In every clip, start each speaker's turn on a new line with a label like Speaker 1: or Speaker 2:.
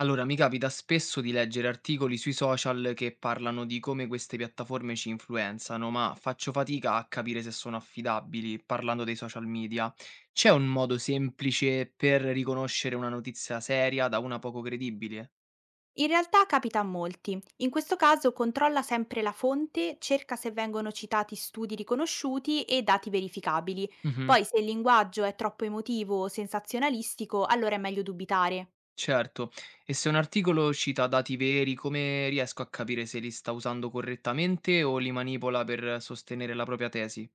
Speaker 1: Allora, mi capita spesso di leggere articoli sui social che parlano di come queste piattaforme ci influenzano, ma faccio fatica a capire se sono affidabili, parlando dei social media. C'è un modo semplice per riconoscere una notizia seria da una poco credibile?
Speaker 2: In realtà capita a molti. In questo caso controlla sempre la fonte, cerca se vengono citati studi riconosciuti e dati verificabili.
Speaker 1: Mhm,
Speaker 2: Poi se il linguaggio è troppo emotivo o sensazionalistico, allora è meglio dubitare.
Speaker 1: certo. E se un articolo cita dati veri, come riesco a capire se li sta usando correttamente o li manipola per sostenere la propria tesi?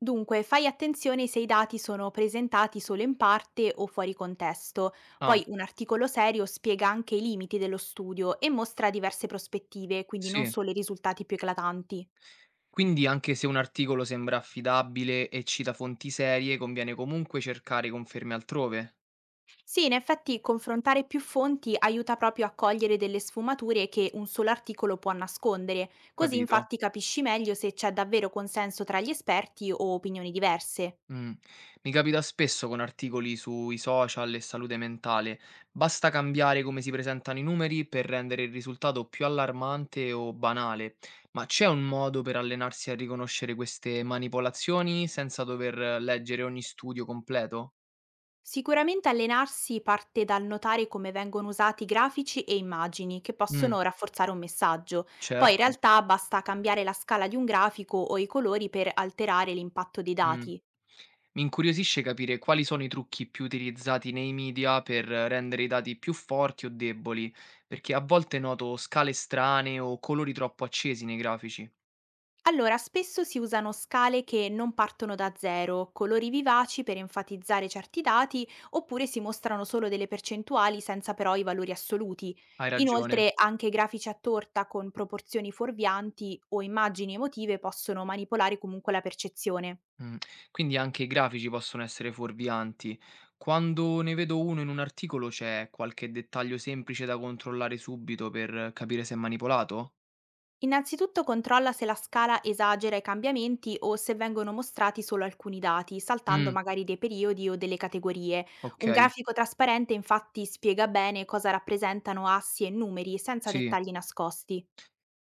Speaker 2: Dunque, fai attenzione se i dati sono presentati solo in parte o fuori contesto.
Speaker 1: Ah,
Speaker 2: Poi un articolo serio spiega anche i limiti dello studio e mostra diverse prospettive, quindi non
Speaker 1: sì.
Speaker 2: solo i risultati più eclatanti.
Speaker 1: Quindi anche se un articolo sembra affidabile e cita fonti serie, conviene comunque cercare conferme altrove,
Speaker 2: Sì, in effetti confrontare più fonti aiuta proprio a cogliere delle sfumature che un solo articolo può nascondere, così
Speaker 1: capito?
Speaker 2: infatti capisci meglio se c'è davvero consenso tra gli esperti o opinioni diverse.
Speaker 1: Mm. Mi capita spesso con articoli sui social e salute mentale. Basta cambiare come si presentano i numeri per rendere il risultato più allarmante o banale. Ma c'è un modo per allenarsi a riconoscere queste manipolazioni senza dover leggere ogni studio completo?
Speaker 2: Sicuramente allenarsi parte dal notare come vengono usati grafici e immagini che
Speaker 1: Mm,
Speaker 2: possono rafforzare un messaggio. Poi in
Speaker 1: certo.
Speaker 2: realtà basta cambiare la scala di un grafico o i colori per alterare l'impatto dei
Speaker 1: Mh.
Speaker 2: dati.
Speaker 1: Mi incuriosisce capire quali sono i trucchi più utilizzati nei media per rendere i dati più forti o deboli, perché a volte noto scale strane o colori troppo accesi nei grafici.
Speaker 2: Allora, spesso si usano scale che non partono da zero, colori vivaci per enfatizzare certi dati, oppure si mostrano solo delle percentuali senza però i valori assoluti.
Speaker 1: Hai ragione.
Speaker 2: Inoltre, anche grafici a torta con proporzioni fuorvianti o immagini emotive possono manipolare comunque la percezione.
Speaker 1: Mh. Quindi anche i grafici possono essere fuorvianti. Quando ne vedo uno in un articolo c'è qualche dettaglio semplice da controllare subito per capire se è manipolato?
Speaker 2: Innanzitutto controlla se la scala esagera i cambiamenti o se vengono mostrati solo alcuni dati, saltando
Speaker 1: Mh,
Speaker 2: magari dei periodi o delle categorie. Un
Speaker 1: okay,
Speaker 2: grafico trasparente infatti spiega bene cosa rappresentano assi e numeri senza
Speaker 1: sì.
Speaker 2: dettagli nascosti.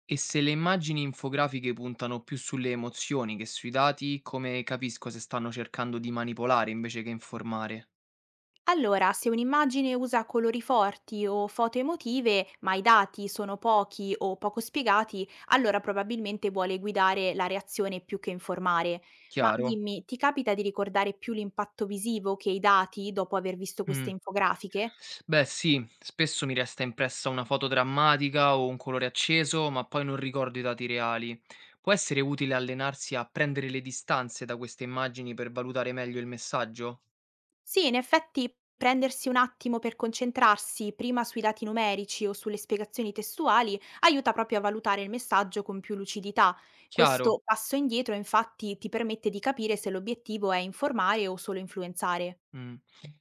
Speaker 1: E se le immagini infografiche puntano più sulle emozioni che sui dati, come capisco se stanno cercando di manipolare invece che informare?
Speaker 2: Allora, se un'immagine usa colori forti o foto emotive, ma i dati sono pochi o poco spiegati, allora probabilmente vuole guidare la reazione più che informare. Ma
Speaker 1: Chiaro?
Speaker 2: dimmi, ti capita di ricordare più l'impatto visivo che i dati dopo aver visto
Speaker 1: Mm.
Speaker 2: queste infografiche?
Speaker 1: Beh sì, spesso mi resta impressa una foto drammatica o un colore acceso, ma poi non ricordo i dati reali. Può essere utile allenarsi a prendere le distanze da queste immagini per valutare meglio il messaggio?
Speaker 2: Sì, in effetti prendersi un attimo per concentrarsi prima sui dati numerici o sulle spiegazioni testuali aiuta proprio a valutare il messaggio con più lucidità.
Speaker 1: Chiaro?
Speaker 2: Questo passo indietro infatti ti permette di capire se l'obiettivo è informare o solo influenzare.
Speaker 1: Mh.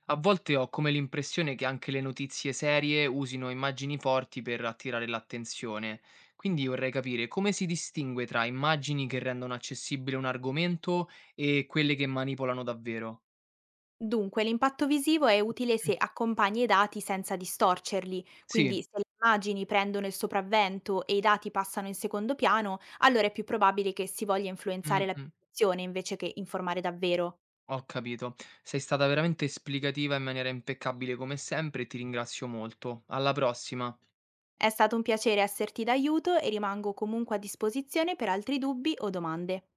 Speaker 1: A volte ho come l'impressione che anche le notizie serie usino immagini forti per attirare l'attenzione, quindi vorrei capire come si distingue tra immagini che rendono accessibile un argomento e quelle che manipolano davvero.
Speaker 2: Dunque, l'impatto visivo è utile
Speaker 1: Mm.
Speaker 2: se accompagni i dati senza distorcerli, quindi
Speaker 1: Sì,
Speaker 2: se le immagini prendono il sopravvento e i dati passano in secondo piano, allora è più probabile che si voglia influenzare
Speaker 1: mh,
Speaker 2: la
Speaker 1: mh,
Speaker 2: percezione invece che informare davvero.
Speaker 1: ho capito. Sei stata veramente esplicativa in maniera impeccabile come sempre e ti ringrazio molto. Alla prossima.
Speaker 2: È stato un piacere esserti d'aiuto e rimango comunque a disposizione per altri dubbi o domande.